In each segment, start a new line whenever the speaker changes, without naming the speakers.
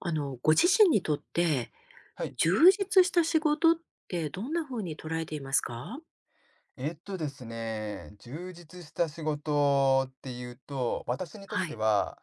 ご自身にとって、
はい。
充実した仕事ってどんな風に捉えていますか？
ですね、充実した仕事っていうと、私にとっ
は
て
い。
は、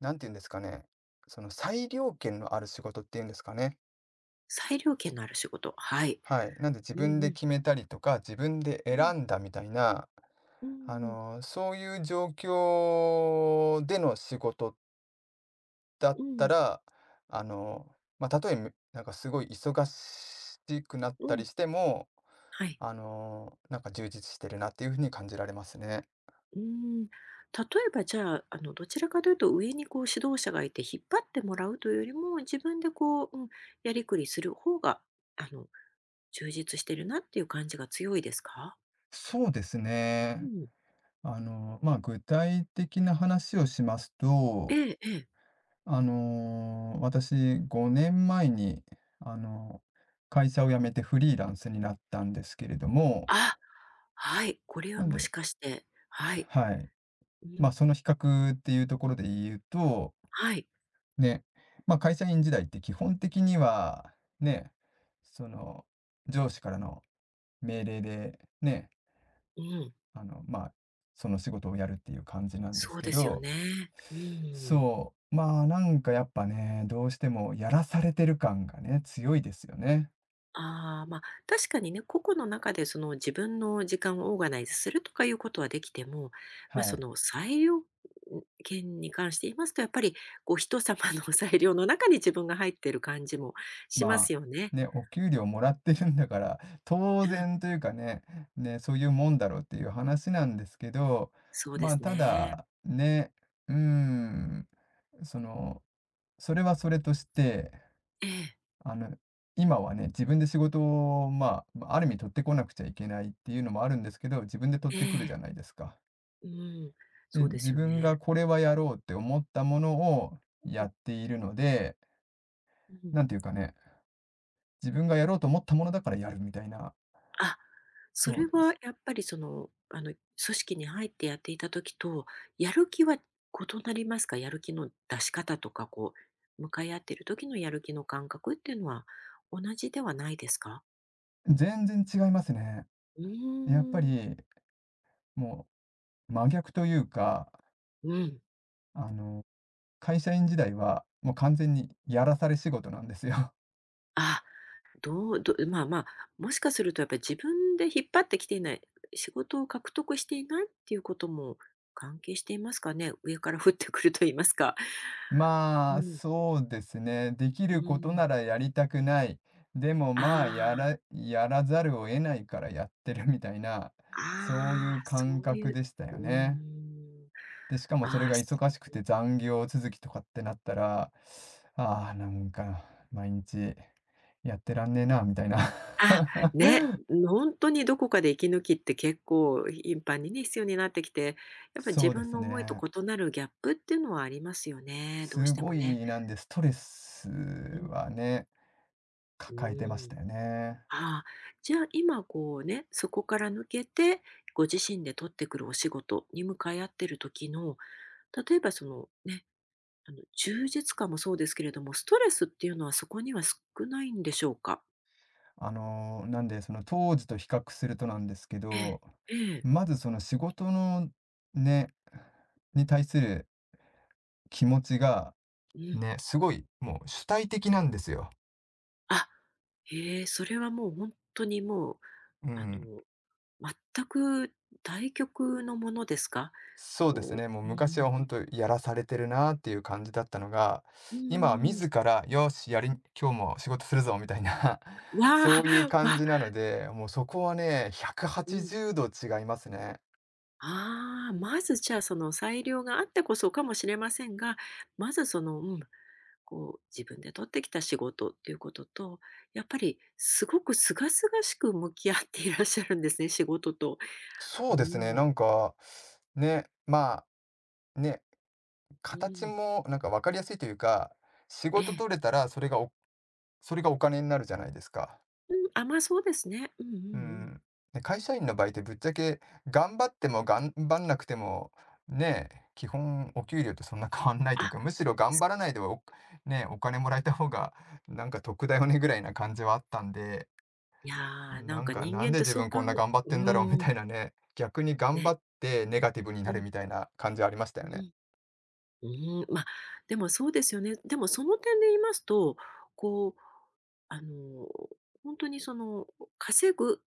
なんて言うんですかね、その裁量権のある仕事っていうんですかね。
裁量権のある仕事、はい。
はい。なんで自
うんう
分で
ん。
決めたりとか、自分で選んだみたいな、そういう状況での仕事だっ
う
た
ん、
ら、まあ、例えば、なんかすごい忙しくなっ
う
た
ん。
りしても、
はい。
なんか充実してるなっていうふうに感じられますね。
うん。例えばじゃあ、どちらかというと上にこう指導者がいて引っ張ってもらうというよりも、自分でこう、うん、やりくりする方が、あの、充実してるなっていう感じが強いですか？
そうです
う
ね。
ん。
まあ、具体的な話をします
え
と、
えええ。
私、5年前に、あの、会社を辞めてフリーランスになったんですけれども、
あ、はい、これは
なん
も
で、
しかしてはい。
はい。
う
まあ、
ん。
その比較っていうところで言うと、
はい。
ね、まあ、会社員時代って基本的には、ね、その、上司からの命令で、ね、
うん。
まあ、その仕事をやるっていう感じなんです
そう
け
ですよ
ど、
ね。うん。
そう、まあ、なんかやっぱね、どうしてもやらされてる感がね、強いですよね。
ああ、ま、確かにね、個々の中でその自分の時間をオーガナイズするとかいうことはできても、ま、
は
そ
い。
の裁量権に関して言いますと、やっぱりこう人様の 裁量の中に自分が入ってる感じもしま
ま
すよ
あ、
ね。
ね、お給料もらってるんだから、当
うん、
然というかね、ね、そういうもんだろうっていう話なんですけど、
そうで
まあ、
す
た
ね。
だ、ね、うーん、その、それはそれとして、
ええ、
あの、今はね、自分で仕事を、まあ、ある意味取ってこなくちゃいけないっていうのもあるんですけど、自分で取っ
え
てくるじゃ
え、
ないですか。
うん、
で、
そうで
自
すよ
分が
ね。
これはやろうって思ったものを
う
や
ん、
っているので、
うん。
なんていうかね、自分がやろうと思ったものだからやるみたいな、
あ、そ
そう
れ
で
は
す。
やっぱりその、組織に入ってやっていた時と、やる気は異なりますか？やる気の出し方とか、こう、向かい合ってる時のやる気の感覚っていうのは同じではないですか？
全然違いますね。
う
やっぱ
ーん、
り、もう真逆というか、
うん。
あの、会社員時代はもう完全にやらされ仕事なんですよ。
あ、どうどうまあまあ、もしかするとやっぱり自分で引っ張ってきていない、仕事を獲得していないっていうことも関係していますかね？上から降ってくると言いますか。
ま
う
あ、
ん、
そうですね。でき
う
ること
ー
な
ん。
らやりたくない。でもまあ、
ああ。
やらざるを得ないからやってるみたいな、
あ
そういう
あ、
感
そう
覚
いう、
でした
う
よ
ー
ね。
ん、
で、しかもそれ
ああ、
が
す
忙しくて残業続きとかってなったら、ああ、なんか、毎日やってらんねえな、みたいな。
あ、ね、ほんとにどこかで息抜きって結構頻繁にね、必要になってきて、やっぱり
そ
自
うで
分
す
の思いと
ね。
異なるギャップっていうのはありますよね、どう
す
して
ご
もね。
い、なんで、ストレス
うん、
はね、
う
抱えてまし
ーん。
たよね。
ああ、じゃあ今こうね、そこから抜けて、ご自身で取ってくるお仕事に向かい合ってる時の、例えばそのね、あの充実感もそうですけれども、ストレスっていうのはそこには少ないんでしょうか？
なんで、その当時と比較するとなんですけ
ええ、
ど、
ええ、
まずその仕事のね、に対する気持ちが、
うん。
ね、すごいもう主体的なんですよ。
あ、へえ、それはもうほんとにもう、
う
あ
ん。
の、全く対極のものですか？
そうです
こ
ね、もう
ううんうんう
昔は本
ん。
当やらされてるなっていう感じだったのが、
う
今は
ー
自
ん。
ら「よし、今日も仕事するぞ」みたいな、
わ
そういう
あ、
感
わ
じなので、もうそこはね、
う
180
ん。
度違いますね。
ああ、まずじゃあ、その裁量があってこそかもしれませんが、まずその、うん、こう自分で取ってきた仕事っていうことと、やっぱりすごく清々しく向き合っていらっしゃるんですね、仕事と。
そ
う
う
ー
ですね、な
ん、
んか、ね、まあ、ね
う
形
ーん。
もなんか分かりやすいというか、仕
え
事
え。
取れたらそれがお金になるじゃないですか。
うん、あ、まあ、そうですね。うんうんう
う
ん。
ん。で、会社員の場合ってぶっちゃけ頑張っても頑張んなくても、ね、基本お給料とそんな変わんない
あ、
というか、むしろ頑張らないではおね、お金もらえた方がなんか得だよねぐらいな感じはあったんで、
いや、な
な
ん
ん
か
か
人
なん
間っ
で
て
自
そう
分こ
か
ん
ん
な
う
頑張ってんだろうみ
ー
た
ん、
いなね、逆に頑張
ね。
ってネガティブにな
う
る
ん、
みたいな感じはありました
う
よね。
ん。うーん、まあ、でもそうですよね。でもその点で言いますと、こう、あの、本当にその、稼ぐ、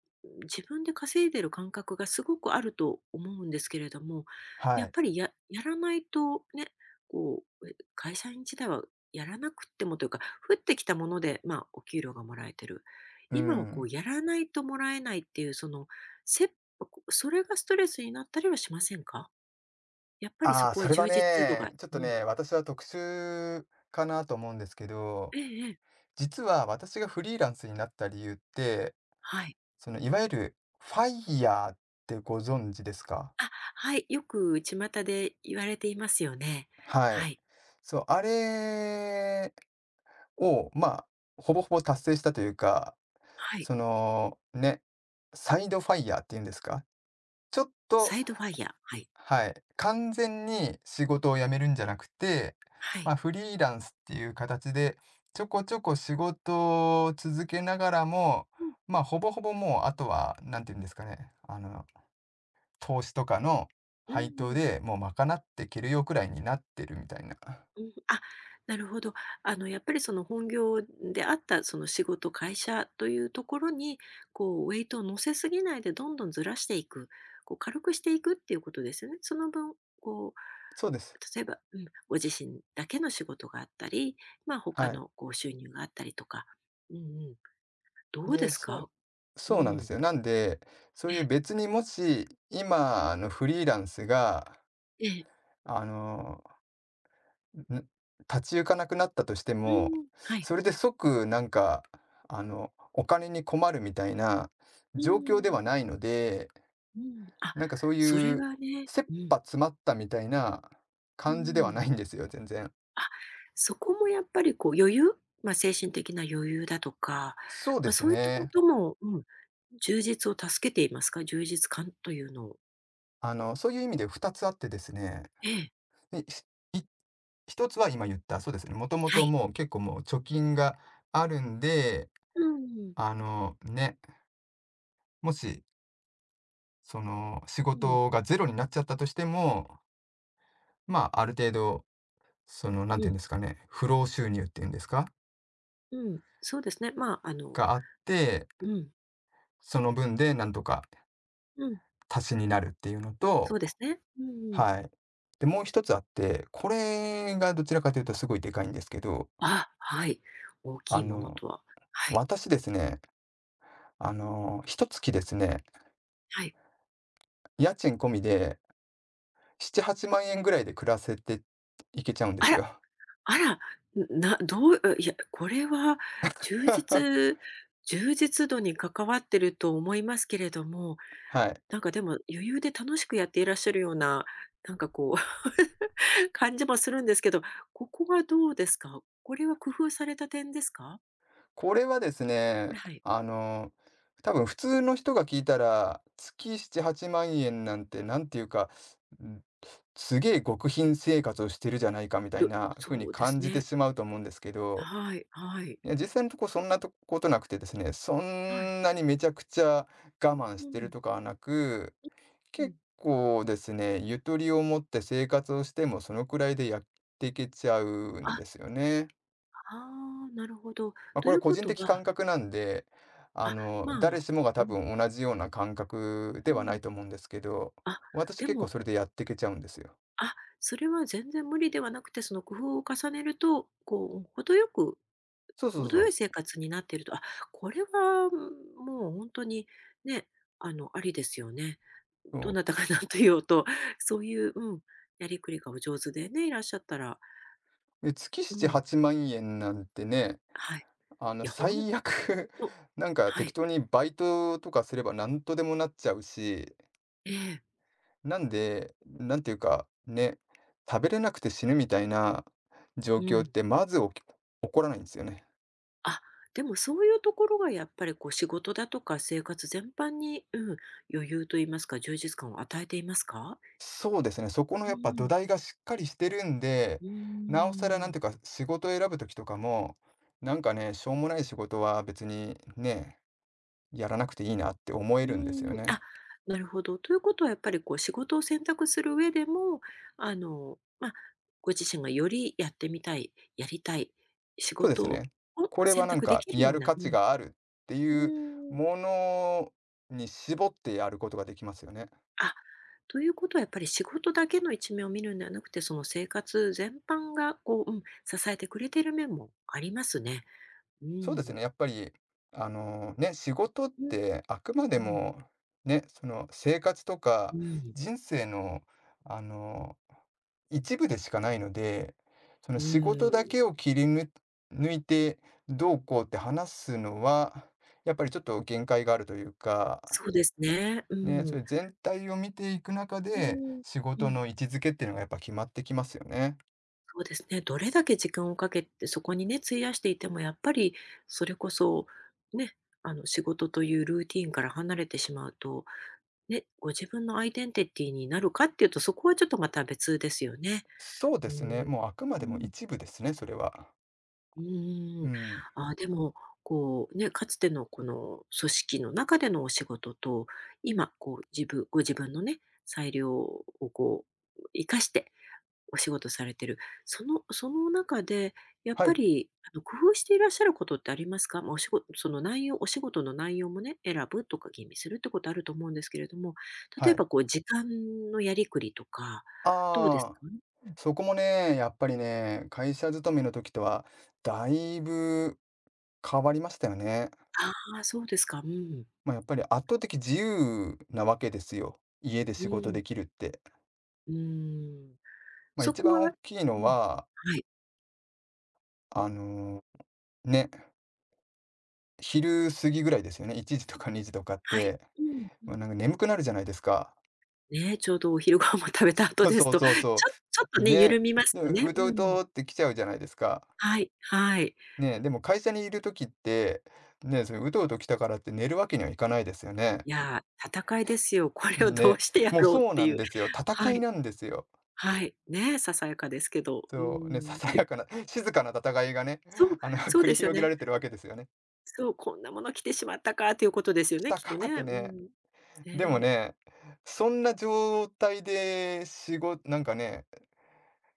自分で稼いでる感覚がすごくあると思うんですけれども、
は
やっ
い。
ぱりややらないとね、こう、会社員時代はやらなくってもというか、降ってきたもので、まあ、お給料がもらえてる。
う
今はこ
ん。
うやらないともらえないっていうその、せそれがストレスになったりはしませんか？やっぱりそ
ああ、
こ
そ
は
れは
充実度
ね、
が
ちょっ
う
と
ん。
ね、私は特殊かなと思うんですけど、
ええええ。
実は私がフリーランスになった理由って、
はい。
そのいわゆるファイヤーってご存知ですか？
あ、はい、よく巷で言われていますよね。
は
は
い。
い。
そう、あれを、まあ、ほぼほぼ達成したというか、
はい。
その、ね、サイドファイヤーっていうんですか、ちょっ
サ
と
イドワイヤー。はい。
はい。完全に仕事を辞めるんじゃなくて、
は
ま
い。
あ、フリーランスっていう形で、ちょこちょこ仕事を続けながらも、
うん。
まあ、ほぼほぼもう、あとは、なんていうんですかね、投資とかの
う
配当
ん。
でもう賄っていけるよくらいになってるみたいな。
うん。あ、なるほど。やっぱりその本業であったその仕事、会社というところに、こうウェイトを乗せすぎないでどんどんずらしていく、こう軽くしていくっていうことですよね。その分、こ
そうです。
う、例えば、うん、ご自身だけの仕事があったり、まあ、
は
他
い。
のこう収入があったりとか。うんうん。どうで
で、
すか？
そう、
う
そうなんで
ん。
すよ。なんで、そう
ええ、
いう別にもし、今のフリーランスが、
ええ。
あの、ん、立ち行かなくなったとして
う
も、
ん。はい。
それで即なんか、お金に困るみたいな
う
状況で
ん。
はないので、
うん、あ、
なんかそう
そ
い
れ
う
はね
切
うん。
羽詰まったみたいな
う
感じでは
ん。
ないんですよ、全然。
あ、そこもやっぱりこう余裕、まあ、精神的な余裕だとか、
そう
ま
で
あ、
す
そういったこ
ね。
とも、うん、充実を助けていますか？充実感というのを。
そういう意味で2つあってですね、
ええ、
で、い1つは今言った、そうですね、もとも
は
と
い。
もう結構もう貯金があるんで、
うん、うん、
ね、もし、その仕事がゼロになっちゃったとしてもまあ、ある程度、なんて
う
言うん
ん、
ですかね、不労収入っていうんですか？
うん。そうですね。まあ、あの
があって、
うん、
その分でなんとか
うん。
足しになるっていうの
そ
と、
うですね。うんうん。
はい。で、もう一つあって、これがどちらかというとすごいでかいんですけど、
あ、はい。大き
あ
いもの
の、
とは。はい、
私ですね、一月ですね、
はい。
家賃込みで7、8万円ぐらいで暮らせていけちゃうんで
あ
す
ら！
よ。
あら、などういや、これは充 実充実度に関わってると思いますけれども、
はい。
なんかでも余裕で楽しくやっていらっしゃるような、なんかこう 感じもするんですけど、ここはどうですか？これは工夫された点ですか？
これはですね、
はい。
あの、多分普通の人が聞いたら、月7、8万円なんて、なんていうか、んすげえ極貧生活をしてるじゃないかみたい
ど
な風に
そうで
感
す
じて
ね。
しまうと思うんですけど、
はいはい。
いや、実際のとこそんなとことなくてですね、そ
はい。
んなにめちゃくちゃ我慢し
う
てる
ん、
とかはなく、
う
結
ん。
構ですね、ゆとりを持って生活をしてもそのくらいでやっていけちゃうん
あ、
ですよね。
ああ、なるほど。
まあ、
と
こ
い
れは
う
個
こ
人
と
的感
は
覚なんで、
あ、ま
誰
あ、
しもが
う
多
ん、
分同じような感覚
う
ではな
ん。
いと思うんですけど、
あ、
私
で
結構
も
それでやってけちゃうんですよ。
あ、それは全然無理ではなくて、その工夫を重ねると、こう程よく
そうそう
程
そ
よい
う。
生活になっていると、あ、これはうんもう本当にね、ありですよね。
そ
ど
う
なたが何と言おうと、そういう、うん、やりくりがお上手でね、いらっしゃったら、
で、月
う
7、
ん、
8万円なんてね、
はい。いや、本当
最悪 なんか
は
適
い。
当にバイトとかすればなんとでもなっちゃうし、
ええ、
なんで、なんていうか、ね、食べれなくて死ぬみたいな状
う
況っ
ん。
てまず起こらないんですよね。
あ、でもそういうところがやっぱりこう仕事だとか生活全般に、うん、余裕と言いますか、充実感を与えていますか？
そうですね、そこの
う
やっぱ土
ん。
台がしっかりしてるんで、
うー
なおさらなんていう
ん。
か、仕事選ぶ時とかも、なんかね、しょうもない仕事は別にね、やらなくていいなって思
う
えるんですよ
ーん、
ね。
あ、なるほど。ということはやっぱりこう仕事を選択する上でも、まあ、ご自身がよりやってみたい、やりたい仕
そうです
事を
ね。これは
選
なん
択で
か
きる
や
よう
る
な
価
う
値
ん。
があるっていう
うーん。
ものに絞ってやることができますよね。
あ、ということはやっぱり仕事だけの一面を見るんではなくて、その生活全般がこう、うん、支えてくれてる面もありますね。う
そうです
ん。
ね、やっぱり、ね、仕事っ
うん、
てあくまで
うん、
もね、その生活とか
うん、
人生の、あの一部でしかないので、その
う
仕事だ
ん。
けを切りぬ抜いてどうこうって話すのは、やっぱりちょっと限界があるというか、
そうですね。う
ね、それ
ん。
全体を見ていく中
う
で、
ん。
仕
う
事
ん。
の位置づけっていうのがやっぱ決まってきますよね。
そうですね。どれだけ時間をかけて、そこにね、費やしていても、やっぱりそれこそ、ね、仕事というルーティンから離れてしまうと、ね、ご自分のアイデンティティになるかっていうと、そこはちょっとまた別ですよね。
そうで
う
すね、
ん。
もうあくま
う
でも
ん。
一部ですね、それは。
うー
う
ん。
ん。
ああ、でも、こう、ね、かつてのこの組織の中でのお仕事と、今、こう、自分ご自分のね、裁量をこう、生かしてお仕事されてる。そのその中で、やっ
は
ぱ
い、
り、工夫していらっしゃることってありますか？まあ、お仕事その内容お仕事の内容もね、選ぶとか吟味するってことあると思うんですけれども、
は
例え
い。
ばこう時間のやりくりとか、どうです
あ
か？
あ、
うん。
そこもね、やっぱりね、会社勤めの時とはだいぶ変わりましたよね。
ああー、そうですか。うん。
まあ、やっぱり圧倒的自由なわけですよ。家で
う
仕事
ん。
できるって。
うん。
まあ、
そ
一
こ
番
は
大きい
う
の
ん。
は、
はい。
あの、ね、昼過ぎぐらいですよね。1時とか2時とかっ
はい。
て、
うん、う
まあ、
ん。
なんか眠くなるじゃないですか。
ねえ、ちょうどお昼ご飯も食べた後 で
そ
す
う
と、
そうそ
ちょっ
う。
とね、
ね。
緩みます
で、
よね。
うとう
うん。
とって来ちゃうじゃないですか。
はい、はい。
ね、でも会社にいる時って、ね、それうとうと来たからって寝るわけにはいかないですよね。
いや、戦いですよ。これをど
ね、
うしてや
もう
ろうっ
そう
て
な
い
ん
う。
ですよ。戦
は
い
い、
なんですよ。
はい。ね、ささやかですけど、うー
そう、ね、さ
ん。
さやかな、静かな戦いがね、
そう、そう
繰り
ですよ
広げら
ね。
れてるわけですよね。
そう、こんなもの着てしまったかということですよ
来
ね、
た
きっと
か
ね。
って
う
ね。
ん。ね
でも
え。
ね、そんな状態で、仕事なんかね、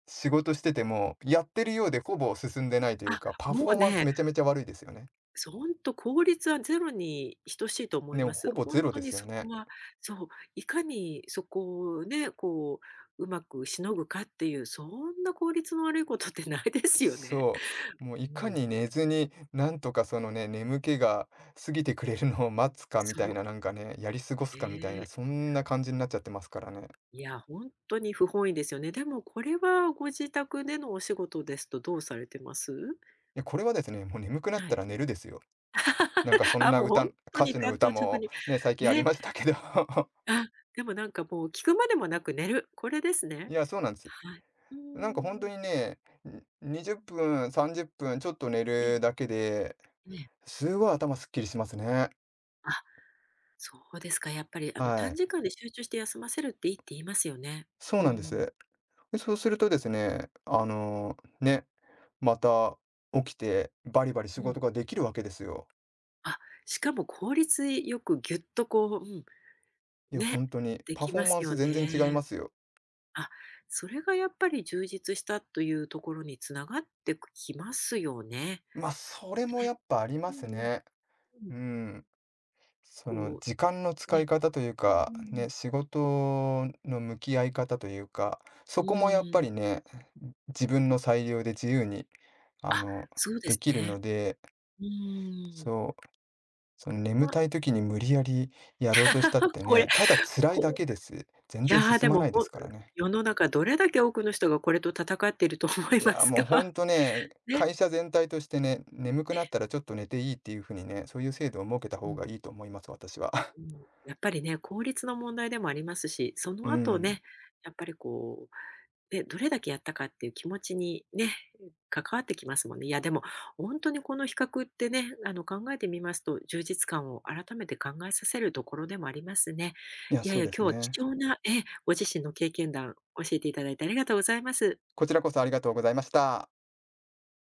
仕事してても、やってるようでほぼ進んでないという
あ、
か、パ
も
フォ
う
ーマンス
ね、
めちゃめちゃ悪いですよね。
ほんと効率はゼロに等しいと思い
ね、
ます。
ほぼ
ほ
ゼ
ん
ロ
と
で
に
すよ
そこ
ね。
は、そう、いかにそこをね、こう、うまくしのぐかっていう、そんな効率の悪いことってないですよね。
そう、もう
う
いか
ん、
に寝ずに、なんとかそのね、眠気が過ぎてくれるのを待つかみ
そ
たい
う、
な、なんかね、やり過ごすかみたい
え
な、
え。
そんな感じになっちゃってますからね。
いや、本当に不本意ですよね。でもこれはご自宅でのお仕事ですとどうされてます？
いや、これはですね、もう眠くなっ
は
た
い。
ら寝るですよ。なんかそ ん
あ、
な
もう本当
歌
に
手の
単
歌
刀直
も
入。
ね、最近あり
ね、
ましたけど。
あ、でもなんかもう聞くまでもなく寝る、これです
い
ね。
や、そうなんです。
はい。う
なんか本当
んん。
にね、20分、30分ちょっと寝
ええ、
るだけで、
ええ。
すごい頭すっきりしますね。
あ、そうですか。やっぱりあの
は
短
い。
時間で集中して休ませるっていいって言いますよね。
そう
う
なんで
ん。
す。で、そうするとですね、ね、また起きてバリバリ
う
仕
ん。
事ができるわけですよ。
あ、しかも効率よくぎゅっとこう、うん、
いや、
ね、
本当に
で
パ
き
フォ
ま
ーマ
す
ン
よ
ス全然違い
ね。
ますよ。
あ、それがやっぱり充実したというところに繋がってきますよね。
それも
ね。
やっぱありま
うん
す
うん
ね。
うん。
うん。その
こ
時間の
う、
使
ね。
い方という
うんう
か、
んうん。
ね、仕事の向き合い方というか、
う
そこもやっ
ー
ぱ
ん。
りね、自分の裁量で自由に、あ
あ、
の、
そうで
で
す
きるの
ね。
で、
うーん。
そう、その眠
ま、
たい時に無理やりやろうとしたっ て
これ、
ね、ただ辛い
こ
だ
う
けです。全
い
然
や、
進
で
ま
も、
ないですからね。
世の中どれだけ多くの人がこれと戦っていると思
い
いま
や、
す
もうほ
か？
んとね、
ね。
会社全体としてね、眠くなったらちょっと寝ていいっていう風にね、そういう制度を設けた
う
方が
ん
いいと思います、私は。
うん。やっぱりね、効率の問題でもありますし、そ
う
の後
ん。
ね、やっぱりこうね、どれだけやったかっていう気持ちにね、関わってきますもんね。いや、でも、本当にこの比較ってね、考えてみますと、充実感を改めて考えさせるところでもありますね。
いや、
いやい
そう
や、
です
今日は貴
ね。
重なご自身の経験談教えていただいてありがとうございます。
こちらこそありがとうございました。